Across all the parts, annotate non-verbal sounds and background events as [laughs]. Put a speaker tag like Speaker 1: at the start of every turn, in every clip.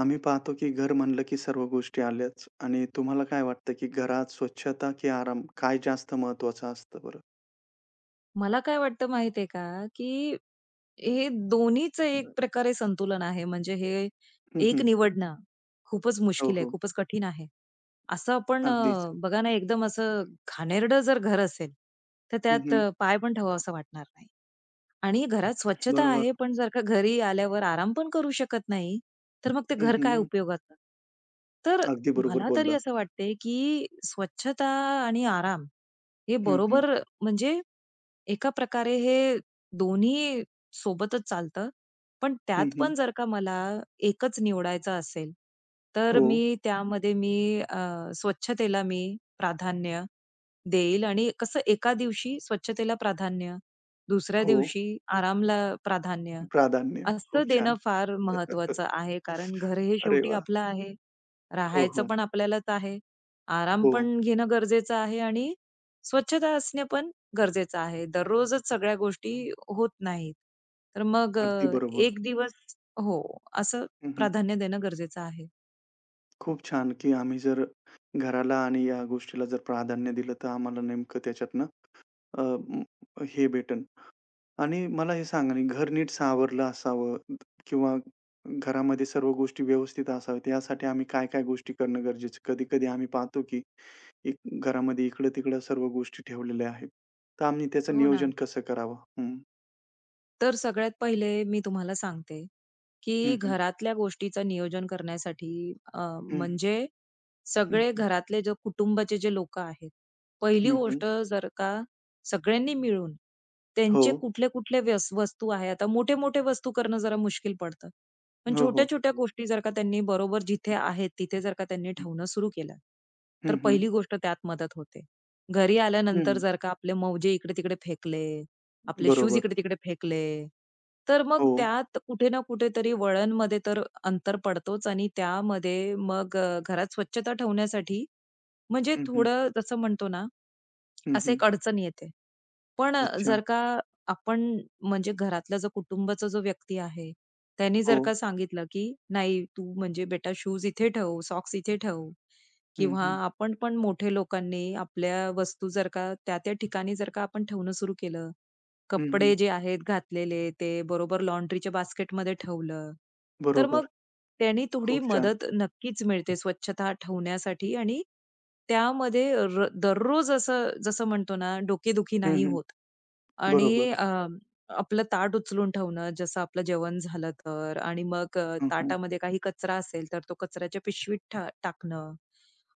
Speaker 1: आम्ही पाहतो की घर म्हणलं की सर्व गोष्टी आल्याच आणि तुम्हाला काय वाटतं की घरात स्वच्छता की आराम काय जास्त महत्वाचं असतं बरं?
Speaker 2: मला काय वाटतं माहितीये का, की हे दोन्हीचं एक प्रकारे संतुलन आहे. म्हणजे हे
Speaker 1: हं,
Speaker 2: एक
Speaker 1: हं.
Speaker 2: निवडणं खूपच
Speaker 1: हो,
Speaker 2: मुश्किल आहे,
Speaker 1: हो.
Speaker 2: खूपच कठीण आहे. असं आपण
Speaker 1: अगदीच.
Speaker 2: बघा ना, एकदम असं घाणेरडं जर घर असेल, तर
Speaker 1: हं,
Speaker 2: त्यात
Speaker 1: हं.
Speaker 2: पाय पण ठेवावासा वाटणार नाही. आणि घरात स्वच्छता
Speaker 1: बरोबर.
Speaker 2: आहे, पण जर का घरी आल्यावर आराम पण करू शकत नाही, तर मग ते
Speaker 1: हं,
Speaker 2: घर काय
Speaker 1: हं.
Speaker 2: उपयोगाचं? तर
Speaker 1: अगदी बरोबर
Speaker 2: मला तरी
Speaker 1: बोललात.
Speaker 2: असं वाटते, की स्वच्छता आणि आराम हे
Speaker 1: हं, हं.
Speaker 2: बरोबर म्हणजे एका प्रकारे हे दोन्ही सोबतच चालतं. पण
Speaker 1: हं,
Speaker 2: त्यात
Speaker 1: हं.
Speaker 2: पण जर का मला एकच निवडायचं असेल, तर
Speaker 1: हो,
Speaker 2: मी त्यामध्ये अ, स्वच्छतेला मी प्राधान्य देईल आणि कसं एका दिवशी स्वच्छतेला प्राधान्य, दुसऱ्या
Speaker 1: हो.
Speaker 2: दिवशी आरामला प्राधान्य,
Speaker 1: प्राधान्य.
Speaker 2: असं
Speaker 1: खूप
Speaker 2: देणं
Speaker 1: छान.
Speaker 2: फार महत्वाचं
Speaker 1: [laughs]
Speaker 2: आहे. कारण घर हे
Speaker 1: अरे
Speaker 2: शेवटी
Speaker 1: वाह!
Speaker 2: आपलं आहे.
Speaker 1: हो,
Speaker 2: राहायचं
Speaker 1: हो.
Speaker 2: पण आपल्यालाच आहे. आराम
Speaker 1: हो.
Speaker 2: पण घेणं गरजेचं आहे आणि स्वच्छता असणे पण गरजेचं आहे. दररोजच सगळ्या गोष्टी होत नाहीत. तर मग
Speaker 1: अगदी बरोबर.
Speaker 2: एक दिवस हो, असं
Speaker 1: हं, हं.
Speaker 2: प्राधान्य देणं गरजेचं आहे.
Speaker 1: खूप छान की आम्ही जर घराला आणि या गोष्टीला जर प्राधान्य दिलं तर आम्हाला नेमकं त्याच्यातनं अ, हे भेटेल. आणि मला हे सांगा ना, घर नीट सावरलं असावं किंवा घरामध्ये सर्व गोष्टी व्यवस्थित असाव्यात, यासाठी आम्ही काय-काय गोष्टी करणं गरजेचं आहे? कधी-कधी आम्ही पाहतो, की एक घरामध्ये इकडं-तिकडं सर्व गोष्टी ठेवलेल्या आहेत. तर आम्ही त्याचं
Speaker 2: हो ना.
Speaker 1: नियोजन कसं करावं?
Speaker 2: तर सगळ्यात पहिले मी तुम्हाला सांगते
Speaker 1: हं,
Speaker 2: की
Speaker 1: हं.
Speaker 2: घरातल्या गोष्टीचं नियोजन करण्यासाठी
Speaker 1: हं,
Speaker 2: म्हणजे
Speaker 1: हं,
Speaker 2: सगळे
Speaker 1: हं.
Speaker 2: घरातले जे कुटुंबाचे जे लोकं आहेत, पहिली
Speaker 1: हं, हं.
Speaker 2: गोष्ट जर का सगळ्यांनी मिळून
Speaker 1: हो.
Speaker 2: त्यांचे कुठले-कुठले वस्तू आहे. आता मोठे-मोठे वस्तू करणं जरा मुश्किल पडतं. पण
Speaker 1: हो, हो.
Speaker 2: छोट्या-छोट्या गोष्टी जर का त्यांनी बरोबर जिथे आहेत, तिथे जर का त्यांनी
Speaker 1: हं,
Speaker 2: ठेवणं सुरू केलं, तर
Speaker 1: हं, हं.
Speaker 2: पहिली गोष्ट त्यात मदत होते. घरी आल्यानंतर
Speaker 1: हं.
Speaker 2: जर का आपले मौजे इकडे-तिकडे फेकले आपले शूज
Speaker 1: बरोबर.
Speaker 2: इकडे-तिकडे फेकले. तर मग
Speaker 1: हो.
Speaker 2: त्यात कुठे ना कुठेतरी वळणमध्ये तर अंतर पडतोच आणि त्यामध्ये मग घरात स्वच्छता ठेवण्यासाठी म्हणजे
Speaker 1: हं, हं.
Speaker 2: थोडं जसं म्हणतो ना,
Speaker 1: हं,
Speaker 2: असं
Speaker 1: हं.
Speaker 2: एक अडचण येते. पण
Speaker 1: अच्छा.
Speaker 2: जर का आपण म्हणजे घरातला जो कुटुंबाचा जो व्यक्ती आहे, त्यांनी जर
Speaker 1: हो.
Speaker 2: का सांगितलं, की "नाही, तू म्हणजे बेटा शूज इथे ठेव, सॉक्स इथे ठेव."
Speaker 1: हं,
Speaker 2: किंवा
Speaker 1: हं.
Speaker 2: आपण पण मोठे लोकांनी आपल्या वस्तू जर का त्या-त्या ठिकाणी जर का आपण ठेवणं सुरू केलं,
Speaker 1: हं, हं.
Speaker 2: कपडे जे आहेत घातलेले, ते बरोबर लॉन्ड्रीच्या बास्केटमध्ये ठेवलं. तर
Speaker 1: बरोबर.
Speaker 2: मग त्यानी थोडी
Speaker 1: खूप छान.
Speaker 2: मदत नक्कीच मिळते स्वच्छता ठेवण्यासाठी आणि त्यामध्ये दररोज असं जसं म्हणतो ना, डोकेदुखी
Speaker 1: हं,
Speaker 2: नाही
Speaker 1: हं.
Speaker 2: होत. आणि
Speaker 1: बरोबर.
Speaker 2: अ, आपलं ताट उचलून ठेवणं, जसं आपलं जेवण झालं तर आणि मग
Speaker 1: हं, हं.
Speaker 2: ताटामध्ये काही कचरा असेल, तर तो कचऱ्याच्या पिशवीत टाकणं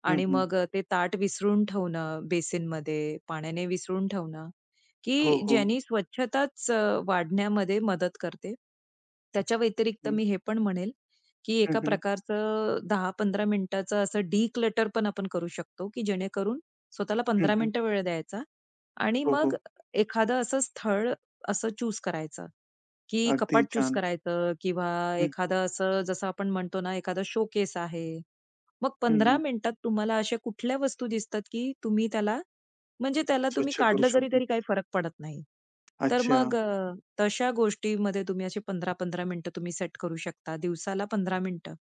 Speaker 1: हं,
Speaker 2: आणि
Speaker 1: हं.
Speaker 2: मग ते ताट विसरून ठेवणं बेसिनमध्ये, पाण्याने विसरून ठेवणं.
Speaker 1: हो,
Speaker 2: की
Speaker 1: हो.
Speaker 2: ज्यांनी स्वच्छताच वाढण्यामध्ये मदत करते. त्याच्या व्यतिरिक्त
Speaker 1: हं,
Speaker 2: मी हे पण म्हणेल, की
Speaker 1: हं,
Speaker 2: एका
Speaker 1: हं,
Speaker 2: प्रकारचं दहा 15 मिनिटाचं असं डिक्लटर पण आपण करू शकतो, की जेणेकरून स्वतःला
Speaker 1: हं,
Speaker 2: 15
Speaker 1: हं.
Speaker 2: मिनिटं वेळ द्यायचा आणि
Speaker 1: हो, हो.
Speaker 2: मग एखादं असं स्थळ असं चूज करायचं, की
Speaker 1: अगदी
Speaker 2: कपाट चूज
Speaker 1: छान.
Speaker 2: करायचं किंवा
Speaker 1: हं,
Speaker 2: एखादं असं जसं आपण म्हणतो ना, एखादा शोकेस आहे मग
Speaker 1: हं,
Speaker 2: 15
Speaker 1: हं.
Speaker 2: मिनिटात तुम्हाला अशा कुठल्या वस्तू दिसतात, की तुम्ही त्याला म्हणजे त्याला तुम्ही
Speaker 1: स्वच्छ करू
Speaker 2: काढलं जरी
Speaker 1: शकतो.
Speaker 2: तरी काही फरक पडत नाही. तर
Speaker 1: अच्छा.
Speaker 2: मग तशा गोष्टीमध्ये तुम्ही असे 15-15 मिनिटं तुम्ही सेट करू शकता. दिवसाला 15 मिनिटं.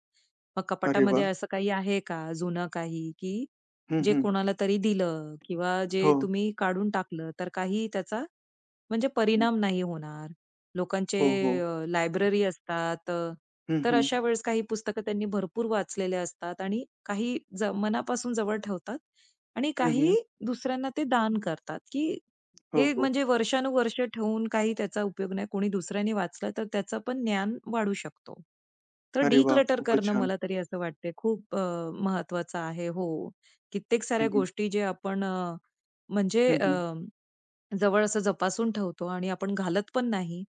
Speaker 2: मग
Speaker 1: अरे
Speaker 2: कपाटामध्ये
Speaker 1: वाह!
Speaker 2: असं काही आहे का जुनं काही, की
Speaker 1: हं,
Speaker 2: जे
Speaker 1: हं.
Speaker 2: कोणाला तरी दिलं किंवा जे
Speaker 1: हो.
Speaker 2: तुम्ही काढून टाकलं, तर काही त्याचा म्हणजे परिणाम नाही होणार. लोकांचे
Speaker 1: हो, हो.
Speaker 2: लायब्ररी असतात.
Speaker 1: हं,
Speaker 2: तर
Speaker 1: हं.
Speaker 2: अशा वेळेस काही पुस्तकं त्यांनी भरपूर वाचलेले असतात आणि काही मनापासून जवळ ठेवतात आणि
Speaker 1: हं,
Speaker 2: काही
Speaker 1: हं.
Speaker 2: दुसऱ्यांना ते दान करतात, की
Speaker 1: हो,
Speaker 2: हे
Speaker 1: हो.
Speaker 2: म्हणजे वर्षानुवर्षे ठेवून काही त्याचा उपयोग नाही. कोणी दुसऱ्याने वाचलं तर त्याचं पण ज्ञान वाढू शकतो. तर
Speaker 1: अरे वाह!
Speaker 2: डिक्लटर
Speaker 1: खूपच
Speaker 2: करणं
Speaker 1: छान.
Speaker 2: मला तरी असं वाटते खूप महत्वाचं आहे. हो. कित्येक
Speaker 1: हं,
Speaker 2: साऱ्या
Speaker 1: हं.
Speaker 2: गोष्टी जे आपण म्हणजे
Speaker 1: हं, हं.
Speaker 2: जवळ असं जपासून ठेवतो आणि आपण घालत पण नाही.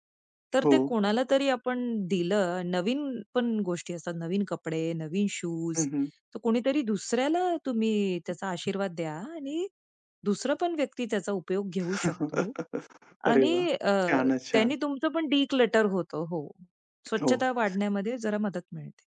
Speaker 2: तर
Speaker 1: हो.
Speaker 2: ते कोणाला तरी आपण दिलं, नवीन पण गोष्टी असतात, नवीन कपडे, नवीन शूज,
Speaker 1: हं, हं.
Speaker 2: तर कोणीतरी दुसऱ्याला तुम्ही त्याचा आशीर्वाद द्या आणि दुसरा पण व्यक्ती त्याचा उपयोग घेऊ शकतो
Speaker 1: [laughs] अरे
Speaker 2: आणि
Speaker 1: वाह!
Speaker 2: अ,
Speaker 1: छानच छान.
Speaker 2: त्याने तुमचं पण डिक्लटर होतं. हो.
Speaker 1: हो.
Speaker 2: स्वच्छता वाढण्यामध्ये जरा मदत मिळते.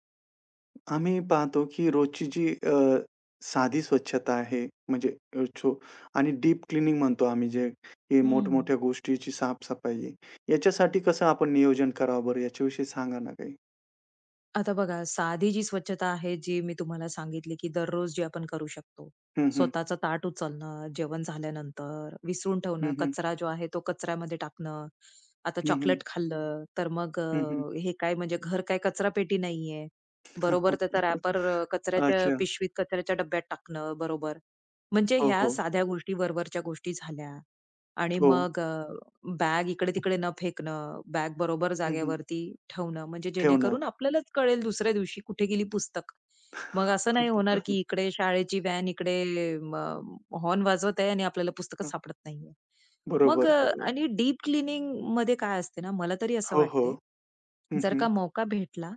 Speaker 1: आम्ही पाहतो, की रोजची जी साधी स्वच्छता आहे, म्हणजे अ, छो आणि डीप क्लिनिंग म्हणतो आम्ही जे हे
Speaker 2: हं.
Speaker 1: मोठमोठ्या गोष्टीची साफ-सफाई आहे. याच्यासाठी कसं आपण नियोजन करावं बरं याच्याविषयी सांगा ना काही?
Speaker 2: आता बघा, साधी जी स्वच्छता आहे, जी मी तुम्हाला सांगितली, की दररोज जी आपण करू शकतो.
Speaker 1: हं, हं.
Speaker 2: स्वतःचं ताट उचलणं, जेवण झाल्यानंतर विसरून ठेवणं,
Speaker 1: हं, हं.
Speaker 2: कचरा जो आहे तो कचऱ्यामध्ये टाकणं. आता
Speaker 1: हं, हं.
Speaker 2: चॉकलेट खाल्लं, तर मग
Speaker 1: हं, हं.
Speaker 2: हे काय म्हणजे घर काय कचरा पेटी नाहीये. बरोबर त्याचा रॅपर
Speaker 1: [laughs]
Speaker 2: कचऱ्याच्या
Speaker 1: अच्छा.
Speaker 2: पिशवीत, कचऱ्याच्या डब्यात टाकणं बरोबर. म्हणजे
Speaker 1: हो,
Speaker 2: ह्या
Speaker 1: हो.
Speaker 2: साध्या गोष्टी, वरवरच्या गोष्टी झाल्या आणि
Speaker 1: हो.
Speaker 2: मग बॅग इकडे-तिकडे न फेकणं, बॅग बरोबर
Speaker 1: हं, हं.
Speaker 2: जागेवरती ठेवणं, म्हणजे
Speaker 1: ठेवणं.
Speaker 2: जेणेकरून आपल्यालाच कळेल दुसऱ्या दिवशी कुठे गेली पुस्तक. मग असं नाही होणार, की
Speaker 1: [laughs]
Speaker 2: इकडे शाळेची व्हॅन इकडे म हॉर्न वाजवत आहे आणि आपल्याला पुस्तकच सापडत नाहीये. मग
Speaker 1: बरोबर, बरोबर.
Speaker 2: आणि डीप क्लीनिंगमध्ये काय असते ना, मला तरी असं
Speaker 1: हो, हो.
Speaker 2: वाटते,
Speaker 1: हं,
Speaker 2: जर
Speaker 1: हं.
Speaker 2: का मौका भेटला,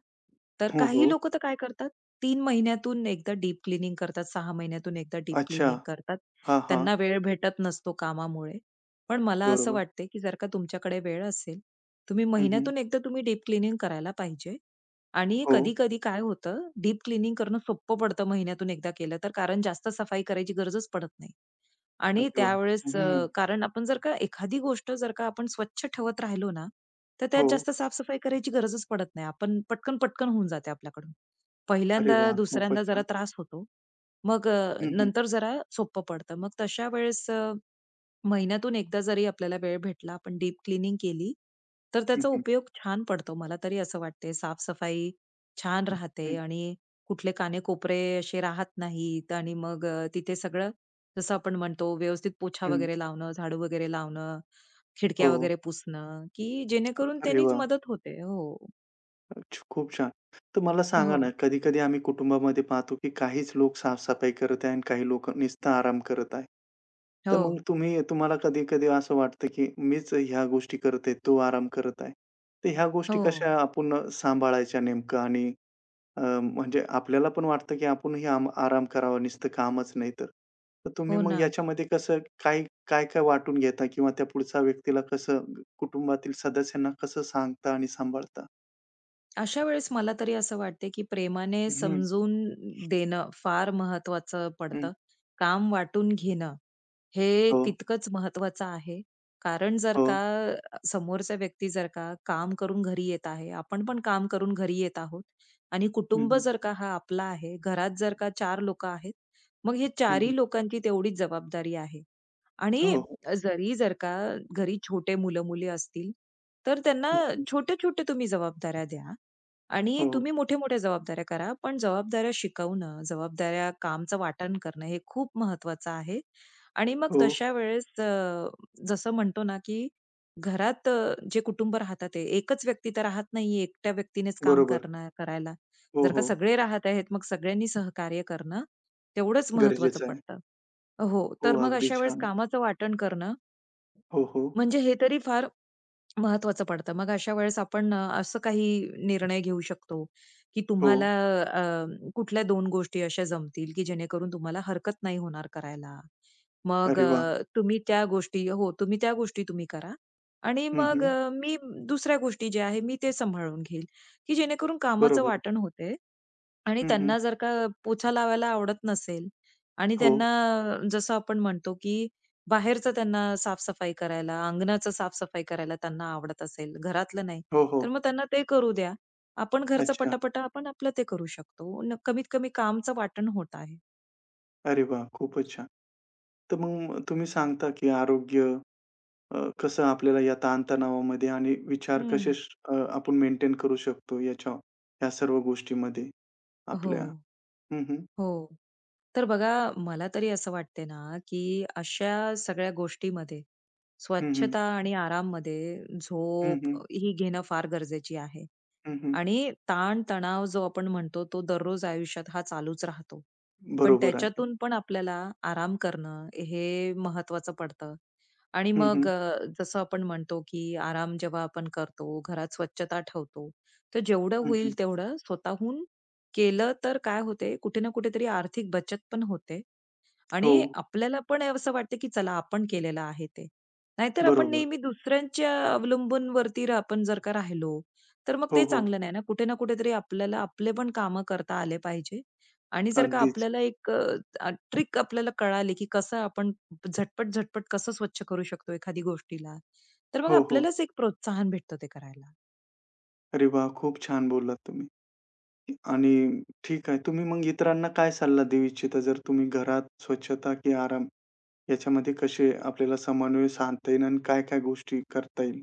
Speaker 2: तर
Speaker 1: हो,
Speaker 2: काही
Speaker 1: हो.
Speaker 2: लोकं तर काय करतात, 3 महिन्यातून एकदा डीप क्लीनिंग करतात, 6 महिन्यातून एकदा डीप
Speaker 1: अच्छा.
Speaker 2: क्लीनिंग करतात.
Speaker 1: हां, हां.
Speaker 2: त्यांना वेळ भेटत नसतो कामामुळे. पण मला असं
Speaker 1: बरोबर.
Speaker 2: वाटते, की जर का तुमच्याकडे वेळ असेल, तुम्ही
Speaker 1: हं, हं.
Speaker 2: महिन्यातून एकदा तुम्ही डीप क्लीनिंग करायला पाहिजे. आणि
Speaker 1: हो.
Speaker 2: कधी-कधी काय होतं, डीप क्लीनिंग करणं सोपं पडतं महिन्यातून एकदा केलं तर, कारण जास्त सफाई करायची गरजच पडत नाही. आणि
Speaker 1: अरे वाह!
Speaker 2: त्यावेळेस
Speaker 1: हं.
Speaker 2: कारण आपण जर का एखादी गोष्ट जर का आपण स्वच्छ ठेवत राहिलो ना, तर त्यात
Speaker 1: हो.
Speaker 2: जास्त साफ करायची गरजच पडत नाही. आपण पटकन-पटकन होऊन जाते आपल्याकडून.
Speaker 1: अरे
Speaker 2: पहिल्यांदा,
Speaker 1: वाह! खूपच
Speaker 2: दुसऱ्यांदा जरा
Speaker 1: छान.
Speaker 2: त्रास होतो. मग
Speaker 1: हं, हं.
Speaker 2: नंतर जरा सोपं पडतं. मग तशा वेळेस महिन्यातून एकदा जरी आपल्याला वेळ भेटला, आपण डीप क्लीनिंग केली, तर
Speaker 1: हं,
Speaker 2: त्याचा
Speaker 1: हं.
Speaker 2: उपयोग छान पडतो. मला तरी असं वाटते. साफ-सफाई छान राहते
Speaker 1: हं,
Speaker 2: आणि कुठले काने-कोपरे असे राहत नाहीत आणि मग तिथे सगळं जसं आपण म्हणतो व्यवस्थित पोछा
Speaker 1: हं.
Speaker 2: वगैरे लावणं, झाडू वगैरे लावणं, खिडक्या
Speaker 1: हो.
Speaker 2: वगैरे पुसणं, की जेणेकरून
Speaker 1: अरे
Speaker 2: त्यांनीच
Speaker 1: वाह!
Speaker 2: मदत होते. हो.
Speaker 1: खूप छान. तर मला सांगा ना,
Speaker 2: हो.
Speaker 1: कधी-कधी आम्ही कुटुंबामध्ये पाहतो, की काहीच लोक साफ-सफाई करत आहे आणि काही लोक नुसतं आराम करत आहे. तर
Speaker 2: हो.
Speaker 1: मग तुम्ही तुम्हाला कधी-कधी असं वाटतं, की मीच ह्या गोष्टी करत आहे, तो आराम करत आहे. तर ह्या गोष्टी
Speaker 2: हो.
Speaker 1: कशा आपण सांभाळायच्या नेमकं आणि म्हणजे आपल्याला पण वाटतं, की आपणही आराम करावा, नुसतं कामच नाही तर. तर तुम्ही
Speaker 2: हो
Speaker 1: मग
Speaker 2: ना.
Speaker 1: याच्यामध्ये कसं काय, काय-काय वाटून घेता किंवा त्या पुढच्या व्यक्तीला कसं कुटुंबातील सदस्यांना कसं सांगता आणि सांभाळता?
Speaker 2: अशा वेळेस मला तरी असं वाटते, की प्रेमाने
Speaker 1: हं,
Speaker 2: समजून देणं फार महत्वाचं
Speaker 1: हं.
Speaker 2: पडतं. काम वाटून घेणं हे
Speaker 1: हो,
Speaker 2: तितकंच महत्वाचं आहे. कारण जर
Speaker 1: हो.
Speaker 2: का समोरचा व्यक्ती जर का काम करून घरी येत आहे, आपण पण काम करून घरी येत आहोत आणि
Speaker 1: हं,
Speaker 2: कुटुंब
Speaker 1: हं.
Speaker 2: जर का हा आपला आहे, घरात जर का 4 लोकं आहेत, मग हे 4ही लोकांची तेवढीच जबाबदारी आहे. आणि
Speaker 1: हो, हो.
Speaker 2: जरी जर का घरी छोटे मुलं-मुली असतील, तर त्यांना
Speaker 1: हं,
Speaker 2: छोटे-छोटे तुम्ही जबाबदाऱ्या द्या आणि
Speaker 1: हो,
Speaker 2: तुम्ही मोठे मोठे जबाबदाऱ्या करा. पण जबाबदाऱ्या शिकवणं, जबाबदाऱ्या कामचं वाटण करणं हे खूप महत्वाचं आहे. आणि मग
Speaker 1: हो.
Speaker 2: तशा वेळेस जसं म्हणतो ना, की घरात जे कुटुंब राहतात ते एकच व्यक्ती तर राहत नाहीये, एकट्या व्यक्तीनेच काम
Speaker 1: बरोबर.
Speaker 2: करणार करायला.
Speaker 1: हो,
Speaker 2: जर का
Speaker 1: हो.
Speaker 2: सगळे राहत आहेत, मग सगळ्यांनी सहकार्य करणं तेवढंच महत्वाचं
Speaker 1: गरजेचं आहे.
Speaker 2: पडतं. हो,
Speaker 1: हो,
Speaker 2: तर मग
Speaker 1: अगदी
Speaker 2: अशा वेळेस
Speaker 1: छान.
Speaker 2: कामाचं वाटण करणं,
Speaker 1: हो, हो.
Speaker 2: म्हणजे हे तरी फार महत्वाचं पडतं. मग अशा वेळेस आपण असं काही निर्णय घेऊ शकतो, की
Speaker 1: हो.
Speaker 2: तुम्हाला अ, कुठल्या 2 गोष्टी अशा जमतील, की जेणेकरून तुम्हाला हरकत नाही होणार करायला. मग
Speaker 1: अरे वाह!
Speaker 2: तुम्ही त्या गोष्टी तुम्ही करा आणि
Speaker 1: हं,
Speaker 2: मग
Speaker 1: हं.
Speaker 2: मी दुसऱ्या गोष्टी ज्या आहे, मी ते सांभाळून घेईल, की जेणेकरून कामाचं
Speaker 1: बरोबर.
Speaker 2: वाटण होते आणि
Speaker 1: हं, हं.
Speaker 2: त्यांना जर का पोछा लावायला आवडत नसेल आणि
Speaker 1: हो.
Speaker 2: त्यांना जसं आपण म्हणतो, की बाहेरचं त्यांना साफ-सफाई करायला, अंगणाचं साफ-सफाई करायला त्यांना आवडत असेल, घरातलं नाही,
Speaker 1: हो, हो.
Speaker 2: तर मग त्यांना ते करू द्या. आपण घरचं
Speaker 1: अच्छा.
Speaker 2: पटापटा आपण आपलं ते करू शकतो. न कमीत कमी कामचं वाटण होत आहे.
Speaker 1: अरे वाह! खूपच छान. तर मग तुम्ही सांगता, की आरोग्य कसं आपल्याला या ताणतणावामध्ये आणि विचार
Speaker 2: हं.
Speaker 1: कसे आपण मेंटेन करू शकतो याच्या ह्या सर्व गोष्टीमध्ये आपल्या.
Speaker 2: हो,
Speaker 1: हं, हं.
Speaker 2: हो. तर बघा मला तरी असं वाटते ना, की अशा सगळ्या गोष्टीमध्ये
Speaker 1: हं, हं.
Speaker 2: स्वच्छता आणि आराममध्ये
Speaker 1: हं,
Speaker 2: झोप
Speaker 1: हं.
Speaker 2: ही घेणं फार गरजेची आहे.
Speaker 1: हं,
Speaker 2: आणि ताण-तणाव जो आपण म्हणतो तो दररोज आयुष्यात हा चालूच राहतो. पण
Speaker 1: बरोबर आहे.
Speaker 2: त्याच्यातून पण आपल्याला आराम करणं हे महत्वाचं पडतं. आणि
Speaker 1: हं,
Speaker 2: मग
Speaker 1: हं.
Speaker 2: जसं आपण म्हणतो की आराम जेव्हा आपण करतो, घरात स्वच्छता ठेवतो, तर जेवढं
Speaker 1: हं, हं.
Speaker 2: होईल तेवढं स्वतःहून केलं तर काय होते, कुठे ना कुठेतरी आर्थिक बचत पण होते
Speaker 1: हो.
Speaker 2: आणि आपल्याला पण असं वाटतं, की चला आपण केलेलं आहे ते. नाहीतर आपण
Speaker 1: बरोबर.
Speaker 2: नेहमी दुसऱ्यांच्या अवलंबून वरती आपण जर का राहिलो, तर मग
Speaker 1: हो,
Speaker 2: ते
Speaker 1: हो.
Speaker 2: चांगलं नाही ना. कुठे ना कुठेतरी आपल्याला आपले पण कामं करता आले पाहिजे आणि जर का
Speaker 1: अगदीच.
Speaker 2: आपल्याला एक ट्रिक आपल्याला कळाली, की कसं आपण झटपट, झटपट कसं स्वच्छ करू शकतो एखादी गोष्टीला, तर मग
Speaker 1: हो, हो.
Speaker 2: आपल्यालाच एक प्रोत्साहन भेटतं ते करायला.
Speaker 1: अरे वाह! खूप छान बोललात तुम्ही. आणि ठीक आहे. तुम्ही मग इतरांना काय सल्ला देऊ इच्छिता? जर तुम्ही घरात स्वच्छता की आराम याच्यामध्ये कसे आपल्याला समन्वय साधता येईल आणि काय-काय गोष्टी करता येईल?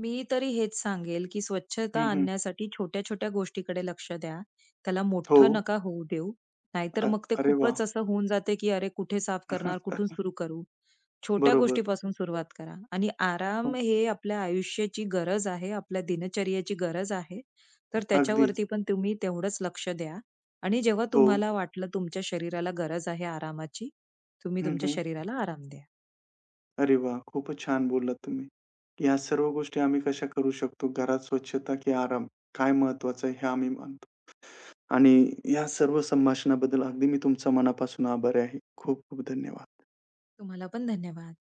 Speaker 2: मी तरी हेच सांगेल, की स्वच्छता
Speaker 1: हं, हं.
Speaker 2: आणण्यासाठी छोट्या-छोट्या गोष्टीकडे लक्ष द्या. त्याला
Speaker 1: हो.
Speaker 2: मोठं नका होऊ देऊ. नाहीतर
Speaker 1: अ
Speaker 2: मग ते
Speaker 1: अरे वाह!
Speaker 2: खूपच असं होऊन जाते, की "अरे, कुठे साफ करणार? कुठून
Speaker 1: [laughs]
Speaker 2: सुरू करू?" छोट्या
Speaker 1: बरोबर.
Speaker 2: गोष्टीपासून सुरुवात करा आणि आराम
Speaker 1: हो,
Speaker 2: हे आपल्या आयुष्याची गरज आहे, आपल्या दिनचर्येची गरज आहे. तर
Speaker 1: अगदीच.
Speaker 2: त्याच्यावरती पण तुम्ही तेवढंच लक्ष द्या आणि जेव्हा
Speaker 1: हो.
Speaker 2: तुम्हाला वाटलं तुमच्या शरीराला गरज आहे आरामाची, तुम्ही
Speaker 1: हं,
Speaker 2: तुमच्या
Speaker 1: हं.
Speaker 2: शरीराला आराम द्या.
Speaker 1: अरे वाह! खूपच छान बोललात तुम्ही. या सर्व गोष्टी आम्ही कशा करू शकतो? घरात स्वच्छता की आराम? काय महत्वाचं आहे? हे आम्ही मानतो. आणि या सर्व संभाषणाबद्दल अगदी मी तुमचा मनापासून आभारी आहे. खूप खूप धन्यवाद.
Speaker 2: तुम्हाला पण धन्यवाद.